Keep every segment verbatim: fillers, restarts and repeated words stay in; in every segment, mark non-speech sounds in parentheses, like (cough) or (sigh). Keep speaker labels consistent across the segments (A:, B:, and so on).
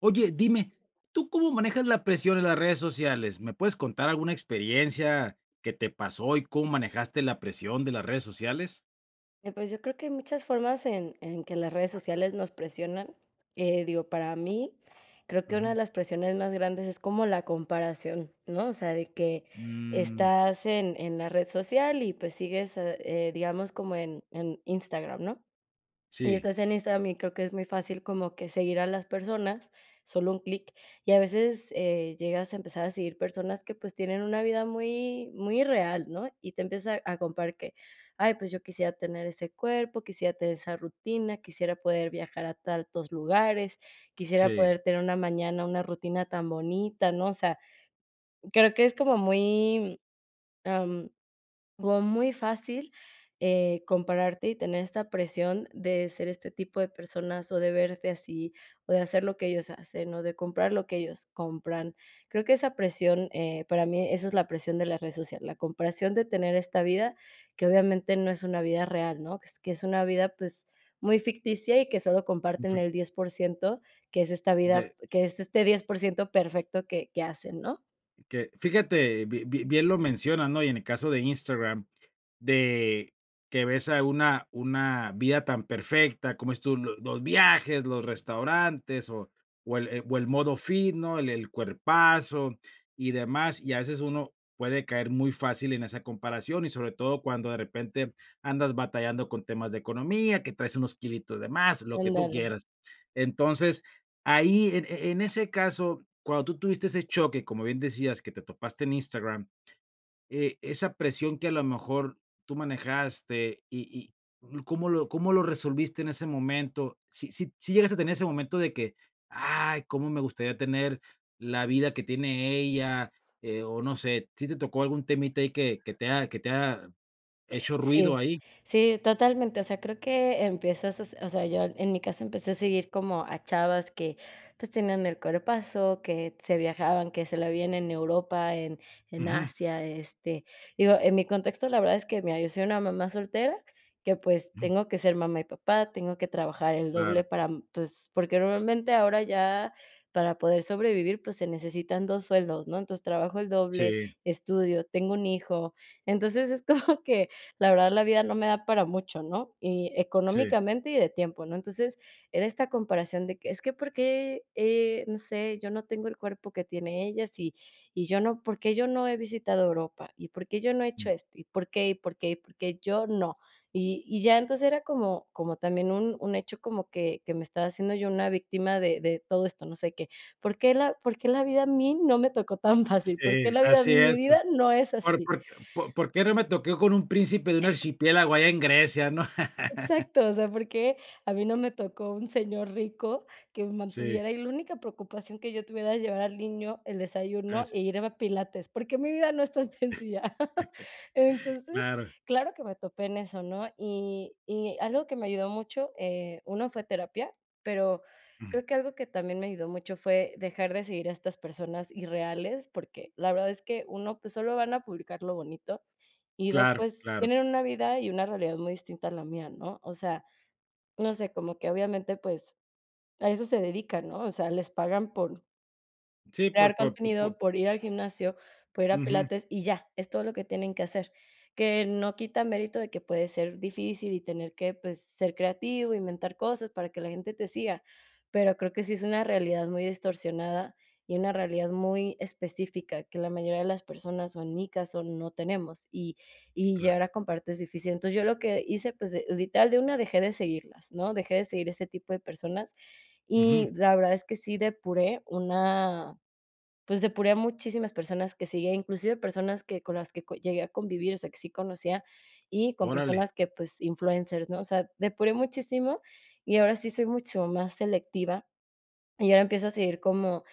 A: Oye, dime, ¿tú cómo manejas la presión en las redes sociales? ¿Me puedes contar alguna experiencia que te pasó y cómo manejaste la presión de las redes sociales?
B: Eh, pues, yo creo que hay muchas formas en en que las redes sociales nos presionan. Eh, digo, para mí, creo que una
A: Ujú.
B: de las presiones más grandes es como la comparación, ¿no? O sea, de que
A: Mm,
B: estás en en la red social y, pues, sigues, eh, eh, digamos, como en en Instagram, ¿no? Y
A: sí,
B: estás en Instagram y creo que es muy fácil como que seguir a las personas, solo un clic, y a veces, eh, llegas a empezar a seguir personas que, pues, tienen una vida muy muy real, ¿no? Y te empiezas a a comparar que: "Ay, pues, yo quisiera tener ese cuerpo, quisiera tener esa rutina, quisiera poder viajar a tantos lugares, quisiera
A: sí.
B: poder tener una mañana, una rutina tan bonita", ¿no? O sea, creo que es como muy, como muy fácil, eh, compararte y tener esta presión de ser este tipo de personas, o de verte así, o de hacer lo que ellos hacen, o de comprar lo que ellos compran. Creo que esa presión, eh, para mí, esa es la presión de las redes sociales, la comparación de tener esta vida, que obviamente no es una vida real, ¿no? Que es que es una vida, pues, muy ficticia y que solo comparten
A: Infec
B: el diez por ciento, que es esta vida,
A: de
B: que es este diez por ciento perfecto que que hacen, ¿no?
A: Que fíjate, bi bi bien lo mencionas, ¿no? Y en el caso de Instagram, de que ves a una una vida tan perfecta, como es tú, lo los viajes, los restaurantes o o el, eh, o el modo fit, ¿no? El el cuerpazo y demás, y a veces uno puede caer muy fácil en esa comparación, y sobre todo cuando de repente andas batallando con temas de economía, que traes unos kilitos de más, lo que tú
B: Ándale.
A: quieras. Entonces, ahí en en ese caso, cuando tú tuviste ese choque, como bien decías, que te topaste en Instagram, eh, esa presión que a lo mejor tú manejaste y y ¿cómo lo cómo lo resolviste en ese momento? si si si llegaste a tener ese momento de que: "Ay, cómo me gustaría tener la vida que tiene ella", eh, o no sé, si te tocó algún temita ahí que que te ha que te ha hecho ruido
B: Sí,
A: ahí?
B: sí, totalmente. O sea, creo que empiezas, a s o sea, yo en mi caso empecé a seguir como a chavas que, pues, tenían el cuerpazo, que se viajaban, que se la vivían en Europa, en en
A: Ujú,
B: Asia, este, digo, en mi contexto, la verdad es que, mira, yo soy una mamá soltera que, pues,
A: ujú,
B: tengo que ser mamá y papá, tengo que trabajar el
A: claro.
B: doble para, pues, porque normalmente ahora ya para poder sobrevivir, pues, se necesitan dos sueldos, ¿no? Entonces, trabajo el doble,
A: Sí,
B: estudio, tengo un hijo. Entonces, es como que la verdad la vida no me da para mucho, ¿no? Y
A: sí,
B: económicamente y de tiempo, ¿no? Entonces, era esta comparación de que es que porque, eh, no sé, yo no tengo el cuerpo que tiene ellas y y yo no, ¿por qué yo no he visitado Europa? ¿Y por qué yo no he
A: mm,
B: hecho esto? ¿Y por qué? ¿Y por qué? ¿Y por qué yo no? Y, y ya entonces era como, como también un, un hecho como que, que me estaba haciendo yo una víctima de, de todo esto, no sé qué. ¿Por qué, la, ¿Por qué la vida a mí no me tocó tan (laughs) fácil? ¿Por
A: sí,
B: qué la vida,
A: así
B: mi
A: es.
B: vida no es
A: Por
B: así?
A: porque por ¿por qué no me toqué con un príncipe de un archipiélago allá en Grecia, ¿no? (laughs)
B: Exacto, o sea, porque a mí no me tocó un señor rico que me
A: Sí,
B: mantuviera, y la única preocupación que yo tuviera era llevar al niño el desayuno
A: así,
B: e ir a pilates, porque mi vida no es tan sencilla. (laughs) Entonces,
A: claro,
B: claro que me topé en eso, ¿no? Y y algo que me ayudó mucho, eh, uno fue terapia, pero
A: ujú,
B: creo que algo que también me ayudó mucho fue dejar de seguir a estas personas irreales, porque la verdad es que uno, pues, solo van a publicar lo bonito, y dos,
A: claro,
B: pues,
A: claro.
B: tienen una vida y una realidad muy distinta a la mía, ¿no? O sea, no sé, como que obviamente, pues, a eso se dedican, ¿no? O sea, les pagan por
A: Sí, por
B: crear
A: por por por
B: contenido, por ir al gimnasio, por ir a
A: ujú,
B: pilates y ya, es todo lo que tienen que hacer. Que no quita mérito de que puede ser difícil y tener que, pues, ser creativo, inventar cosas para que la gente te siga, pero creo que sí es una realidad muy distorsionada y una realidad muy específica que la mayoría de las personas, o en mi caso, no tenemos, y y
A: claro,
B: llegar a compartir es difícil. Entonces, yo lo que hice, pues, de literal, de una dejé de seguirlas, ¿no? Dejé de seguir ese tipo de personas
A: ujú,
B: y la verdad es que sí depuré una, pues, depuré a muchísimas personas que seguía, inclusive personas que con las que co llegué a convivir, o sea, que sí conocía, y con
A: órale,
B: personas que, pues, influencers, ¿no? O sea, depuré muchísimo, y ahora sí soy mucho más selectiva, y ahora empiezo a seguir como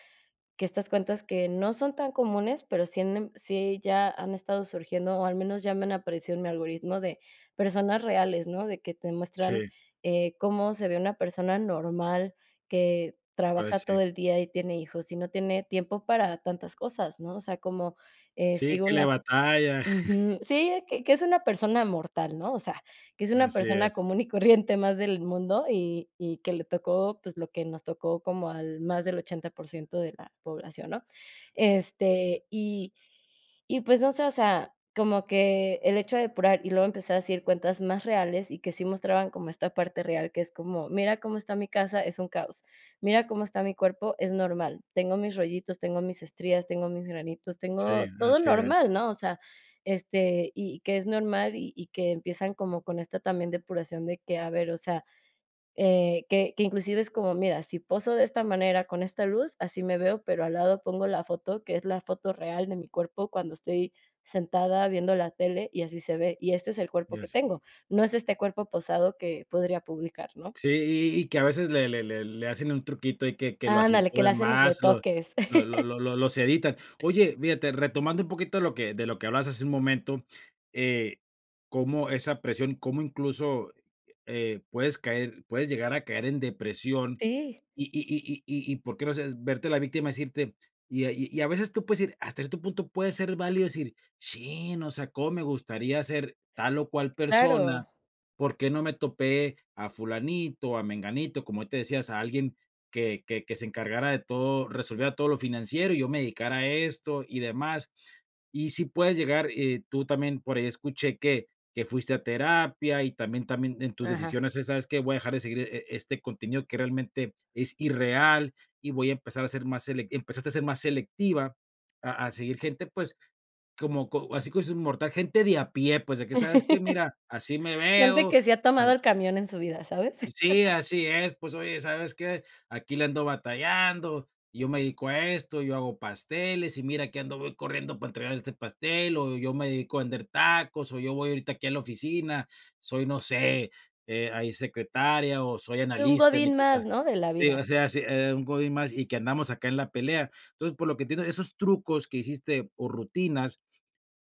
B: que estas cuentas que no son tan comunes, pero sí han em sí ya han estado surgiendo, o al menos ya me han aparecido en mi algoritmo de personas reales, ¿no? De que te muestran,
A: sí,
B: eh, cómo se ve una persona normal que trabaja
A: pues sí.
B: todo el día y tiene hijos, y no tiene tiempo para tantas cosas, ¿no? O sea, como, eh,
A: Sí,
B: sigo
A: que le
B: una
A: batalla. (laughs)
B: Ujú. Sí, eh, que que es una persona mortal, ¿no? O sea, que es una
A: Así es,
B: persona común y corriente más del mundo y y que le tocó, pues, lo que nos tocó como al más del ochenta por ciento de la población, ¿no? Este, y y pues no sé, o sea, como que el hecho de depurar y luego empezar a seguir cuentas más reales y que sí mostraban como esta parte real, que es como, mira cómo está mi casa, es un caos, mira cómo está mi cuerpo, es normal, tengo mis rollitos, tengo mis estrías, tengo mis granitos,
A: sí,
B: tengo todo
A: así es.
B: normal, ¿no? O sea, este, y que es normal y, y que empiezan como con esta también depuración de que, a ver, o sea, eh, que que inclusive es como, mira, si poso de esta manera con esta luz, así me veo, pero al lado pongo la foto, que es la foto real de mi cuerpo cuando estoy sentada viendo la tele y así se ve, y este es el
A: Y
B: cuerpo que
A: así
B: tengo, no es este cuerpo posado que podría publicar, ¿no?
A: Sí, y y que a veces le le le le hacen un truquito y que que lo
B: Ándale, que le
A: acinturan
B: hacen los
A: más, lo
B: retoques.
A: lo
B: (laughs)
A: lo lo lo los editan. Oye, fíjate, retomando un poquito lo que de lo que hablabas hace un momento, eh, cómo esa presión, cómo incluso, eh, puedes caer puedes llegar a caer en depresión
B: Sí,
A: y y y y y por qué no sé, verte la víctima y decirte, y a- y y a veces tú puedes ir hasta cierto punto, puede ser válido decir: sí, no sea, cómo me gustaría ser tal o cual persona,
B: claro.
A: ¿por qué no me topé a fulanito, a menganito?, como hoy te decías, a alguien que que que se encargara de todo, resolviera todo lo financiero y yo me dedicara a esto y demás. Y si puedes llegar, eh, tú también por ahí escuché que que fuiste a terapia y también también en tus
B: Ajá.
A: decisiones es, ¿sabes que voy a dejar de seguir e este contenido que realmente es irreal? Y voy a empezar a ser más selec empezaste a ser más selectiva a a seguir gente, pues, como co así como dices mortal, gente de a pie, pues, de que, ¿sabes que
B: (laughs)
A: mira, así me
B: Gente
A: veo?
B: que se ha tomado el camión en su vida, ¿sabes? (laughs)
A: Sí, así es. Pues, oye, ¿sabes qué? Aquí le ando batallando, yo me dedico a esto, yo hago pasteles y mira que ando voy corriendo para entregar este pastel, o yo me dedico a vender tacos, o yo voy ahorita aquí a la oficina, soy, no sé, eh, ahí secretaria o soy
B: Y un
A: analista en
B: godín
A: equita.
B: más, ¿no? De la
A: Sí, o
B: vida.
A: sea, sí, eh, un godín más y que andamos acá en la pelea. Entonces, por lo que entiendo, esos trucos que hiciste o rutinas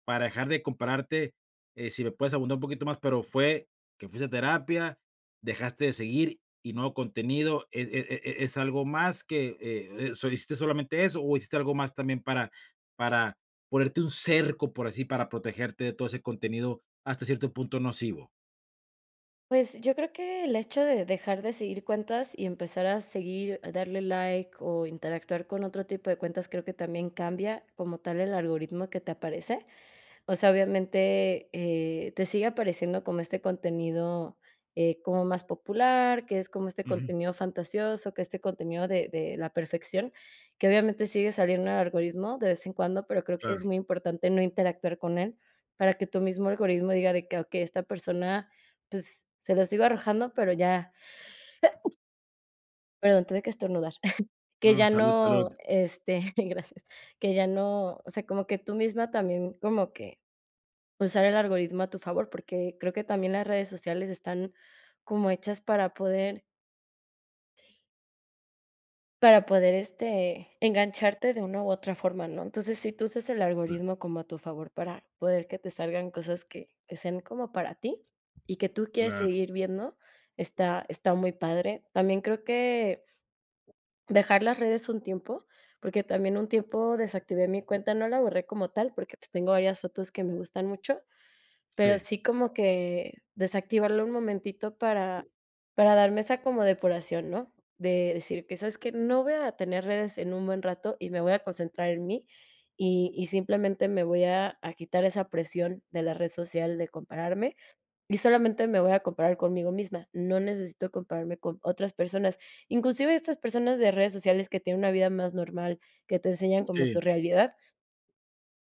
A: para dejar de compararte, eh, si me puedes abundar un poquito más, pero fue que fuiste a terapia, dejaste de seguir y nuevo contenido. ¿Es, e- e- e- es algo más que eh, eso? ¿Hiciste solamente eso o hiciste algo más también para, para ponerte un cerco, por así, para protegerte de todo ese contenido hasta cierto punto nocivo?
B: Pues, yo creo que el hecho de dejar de seguir cuentas y empezar a seguir, a darle like o interactuar con otro tipo de cuentas, creo que también cambia como tal el algoritmo que te aparece. O sea, obviamente, eh, te sigue apareciendo como este contenido, eh, como más popular, que es como este
A: Ujú,
B: contenido fantasioso, que este contenido de de la perfección, que obviamente sigue saliendo en el algoritmo de vez en cuando, pero creo que
A: claro.
B: es muy importante no interactuar con él para que tu mismo algoritmo diga de que: "Okey, esta persona, pues, se lo sigo arrojando, pero ya." Perdón, tuve que estornudar. (laughs) Que
A: No,
B: ya
A: salud, salud.
B: no, este, (laughs) gracias, que ya no, o sea, como que tú misma también como que usar el algoritmo a tu favor, porque creo que también las redes sociales están como hechas para poder para poder, este, engancharte de una u otra forma, ¿no? Entonces, si tú usas el
A: Cla-
B: algoritmo como a tu favor para poder que te salgan cosas que que sean como para ti y que tú quieres
A: Claro,
B: seguir viendo, está está muy padre. También creo que dejar las redes un tiempo, porque también un tiempo desactivé mi cuenta, no la borré como tal, porque, pues, tengo varias fotos que me gustan mucho, pero
A: sí,
B: sí como que desactivarlo un momentito para para darme esa como depuración, ¿no? De decir que, ¿sabes que No voy a tener redes en un buen rato y me voy a concentrar en mí, y y simplemente me voy a a quitar esa presión de la red social de compararme, y solamente me voy a comparar conmigo misma. No necesito compararme con otras personas. Inclusive estas personas de redes sociales que tienen una vida más normal, que te enseñan como
A: sí,
B: su realidad,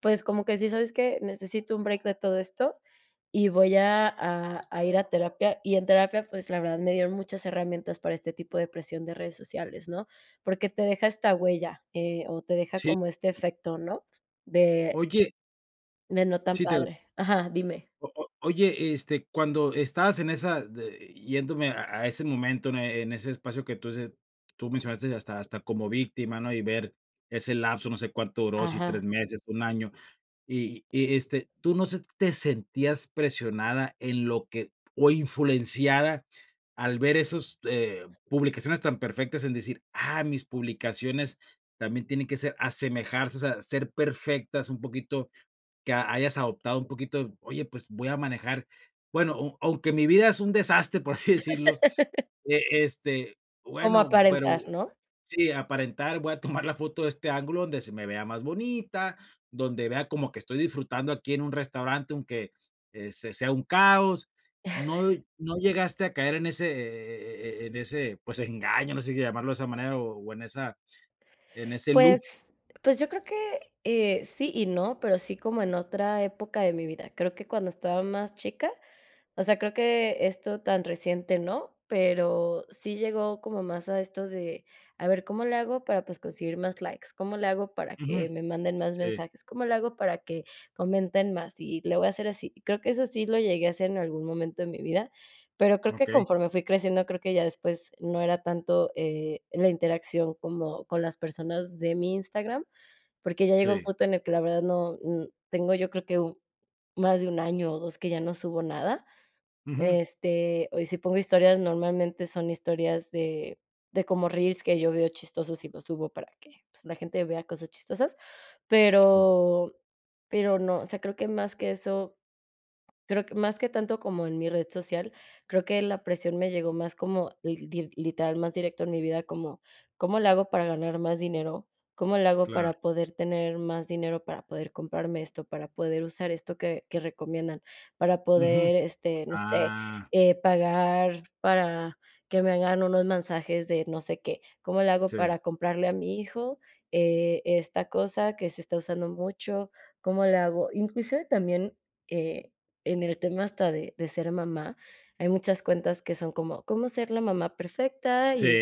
B: pues, como que sí, ¿sabes qué? Necesito un break de todo esto y voy a a a ir a terapia. Y en terapia, pues, la verdad me dieron muchas herramientas para este tipo de presión de redes sociales, ¿no? Porque te deja esta huella, eh, o te deja
A: sí.
B: como este efecto, ¿no? De
A: Oye,
B: de no tan
A: sí. te,
B: padre. Ajá, dime.
A: O o oye, este, cuando estabas en esa de yéndome a a ese momento, en e- en ese espacio que tú dices, tú mencionaste hasta hasta como víctima, ¿no? Y ver ese lapso, no sé cuánto duró, si tres
B: Ajá.
A: meses, un año. Y y, este, ¿tú no se te sentías presionada en lo que, o influenciada al ver esos, eh, publicaciones tan perfectas en decir: "Ah, mis publicaciones también tienen que ser, asemejarse, o sea, ser perfectas", un poquito que a- hayas adoptado un poquito, oye, pues voy a manejar, bueno, au aunque mi vida es un desastre, por así decirlo, eh, este,
B: Como
A: bueno, pero
B: aparentar, ¿no?
A: sí, aparentar, voy a tomar la foto de este ángulo donde se me vea más bonita, donde vea como que estoy disfrutando aquí en un restaurante, aunque eh, se sea un caos? No no llegaste a caer en ese, eh, eh, en ese, pues, engaño, no sé qué llamarlo de esa manera, o o en esa en ese loop?
B: Pues pues, yo creo que, eh, sí y no, pero sí como en otra época de mi vida. Creo que cuando estaba más chica. O sea, creo que esto tan reciente no, pero sí llegó como más a esto de, a ver, ¿cómo le hago para, pues, conseguir más likes? ¿Cómo le hago para
A: Ujú.
B: que me manden más
A: Sí,
B: mensajes? ¿Cómo le hago para que comenten más? Y le voy a hacer así. Creo que eso sí lo llegué a hacer en algún momento de mi vida, pero creo que
A: okey.
B: conforme fui creciendo, creo que ya después no era tanto, eh, la interacción como con las personas de mi Instagram, porque ya llegó un
A: Sí.
B: punto en el que la verdad no, mm, tengo yo creo que u más de un año o dos que ya no subo nada.
A: Ujú.
B: Este, o y si pongo historias, normalmente son historias de de como reels que yo veo chistosos y los subo para que, pues, la gente vea cosas chistosas,
A: Sí,
B: pero pero no, o sea, creo que más que eso Creo que más que tanto como en mi red social, creo que la presión me llegó más como li dir literal, más directo en mi vida, como, ¿cómo le hago para ganar más dinero? ¿Cómo le hago
A: claro.
B: para poder tener más dinero, para poder comprarme esto, para poder usar esto que que recomiendan, para
A: Ujú.
B: poder, este, no sé,
A: Ah,
B: eh, pagar para que me hagan unos mensajes de no sé qué? ¿Cómo le hago
A: sí,
B: para comprarle a mi hijo, eh, esta cosa que se está usando mucho? ¿Cómo le hago? Inclusive también, eh en el tema hasta de de ser mamá, hay muchas cuentas que son como, cómo ser la mamá perfecta
A: sí,
B: y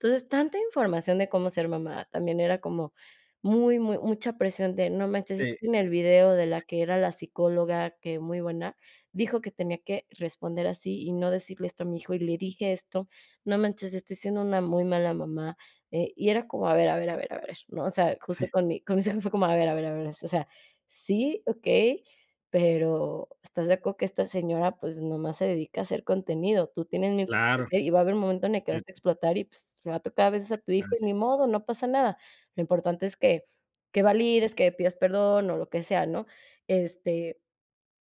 B: entonces, tanta información de cómo ser mamá, también era como muy, muy mucha presión de, no manches, es
A: sí,
B: que en el video de la que era la psicóloga, que muy buena, dijo que tenía que responder así y no decirle esto a mi hijo, y le dije esto, no manches, estoy siendo una muy mala mamá, eh, y era como, a ver, a ver, a ver, a ver, ¿no? O sea, justo con mi con mi hijo fue como, a ver, a ver, a ver, o sea, sí, okey, pero, ¿estás de acuerdo que esta señora, pues, nomás se dedica a hacer contenido? Tú tienes mi
A: claro.
B: hacer Y va a haber un momento en el que vas
A: Sí,
B: a explotar y, pues, le va a tocar a veces a tu hijo y
A: así,
B: ni modo, no pasa nada. Lo importante es que que valides, que pidas perdón o lo que sea, ¿no? Este,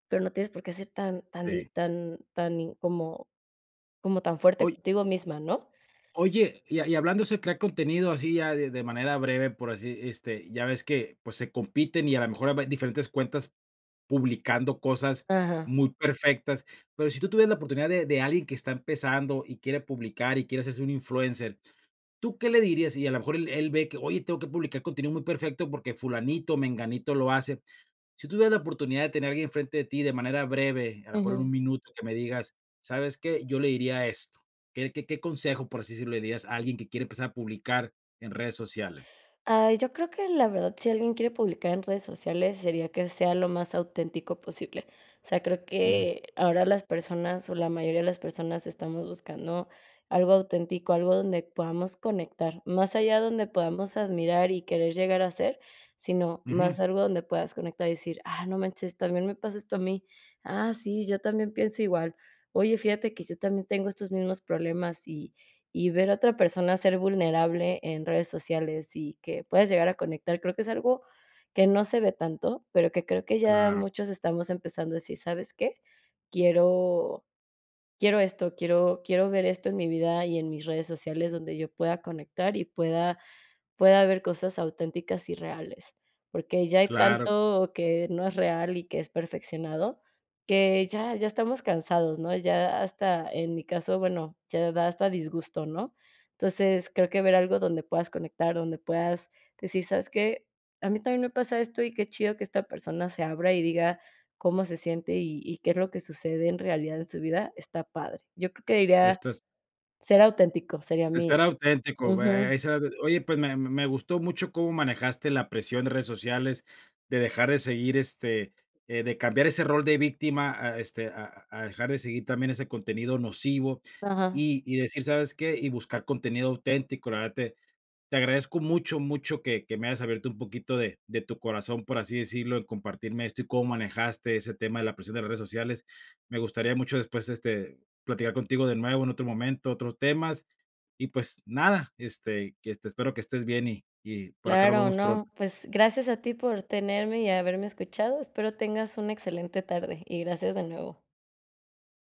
B: pero no tienes por qué ser tan tan di
A: sí.
B: tan tan in- como como tan fuerte
A: Oy
B: contigo misma, ¿no?
A: oye, y y hablando de crear contenido así ya de de manera breve, por así, este, ya ves que, pues, se compiten y a lo mejor hay diferentes cuentas publicando cosas
B: Ajá.
A: muy perfectas, pero si tú tuvieras la oportunidad de de alguien que está empezando y quiere publicar y quiere hacerse un influencer, ¿tú qué le dirías? Y a lo mejor él él ve que: "Oye, tengo que publicar contenido muy perfecto porque fulanito, menganito lo hace". Si tú tuvieras la oportunidad de tener a alguien frente de ti de manera breve, a lo mejor en
B: Ujú.
A: un minuto, que me digas: "¿Sabes qué? Yo le diría esto". ¿Qué qué qué consejo, por así decirlo, le dirías a alguien que quiere empezar a publicar en redes sociales?
B: Ah, yo creo que la verdad, si alguien quiere publicar en redes sociales, sería que sea lo más auténtico posible. O sea, creo
A: Ujú,
B: que ahora las personas, o la mayoría de las personas, estamos buscando algo auténtico, algo donde podamos conectar, más allá donde podamos admirar y querer llegar a ser, sino
A: ujú,
B: más algo donde puedas conectar y decir, ah, no manches, también me pasa esto a mí. Ah, sí, yo también pienso igual. Oye, fíjate que yo también tengo estos mismos problemas y y ver a otra persona ser vulnerable en redes sociales y que puedas llegar a conectar, creo que es algo que no se ve tanto, pero que creo que ya
A: claro,
B: muchos estamos empezando a decir: "¿Sabes qué? Quiero quiero esto, quiero quiero ver esto en mi vida y en mis redes sociales donde yo pueda conectar y pueda pueda haber cosas auténticas y reales, porque ya hay
A: claro.
B: tanto que no es real y que es perfeccionado, que ya ya estamos cansados, ¿no? Ya hasta, en mi caso, bueno, ya da hasta disgusto, ¿no? Entonces, creo que ver algo donde puedas conectar, donde puedas decir: "¿Sabes qué? A mí también me pasa esto y qué chido que esta persona se abra y diga cómo se siente y y qué es lo que sucede en realidad en su vida", está padre. Yo creo que diría
A: Estas
B: ser auténtico, sería
A: Se
B: mi
A: ser auténtico. eh,
B: ujú,
A: ser au oye, pues, me me me gustó mucho cómo manejaste la presión de redes sociales, de dejar de seguir, este, eh, de cambiar ese rol de víctima a, este, a a dejar de seguir también ese contenido nocivo,
B: ajá.
A: y y decir, ¿sabes qué? Y buscar contenido auténtico. La verdad, te te agradezco mucho, mucho que, que me hayas abierto un poquito de, de tu corazón, por así decirlo, en compartirme esto y cómo manejaste ese tema de la presión de las redes sociales. Me gustaría mucho después, este, platicar contigo de nuevo en otro momento, otros temas. Y pues nada, este, que te espero que estés bien, y, y por acá nos
B: Claro,
A: vemos
B: no,
A: pronto.
B: pues gracias a ti por tenerme y haberme escuchado. Espero tengas una excelente tarde y gracias de nuevo.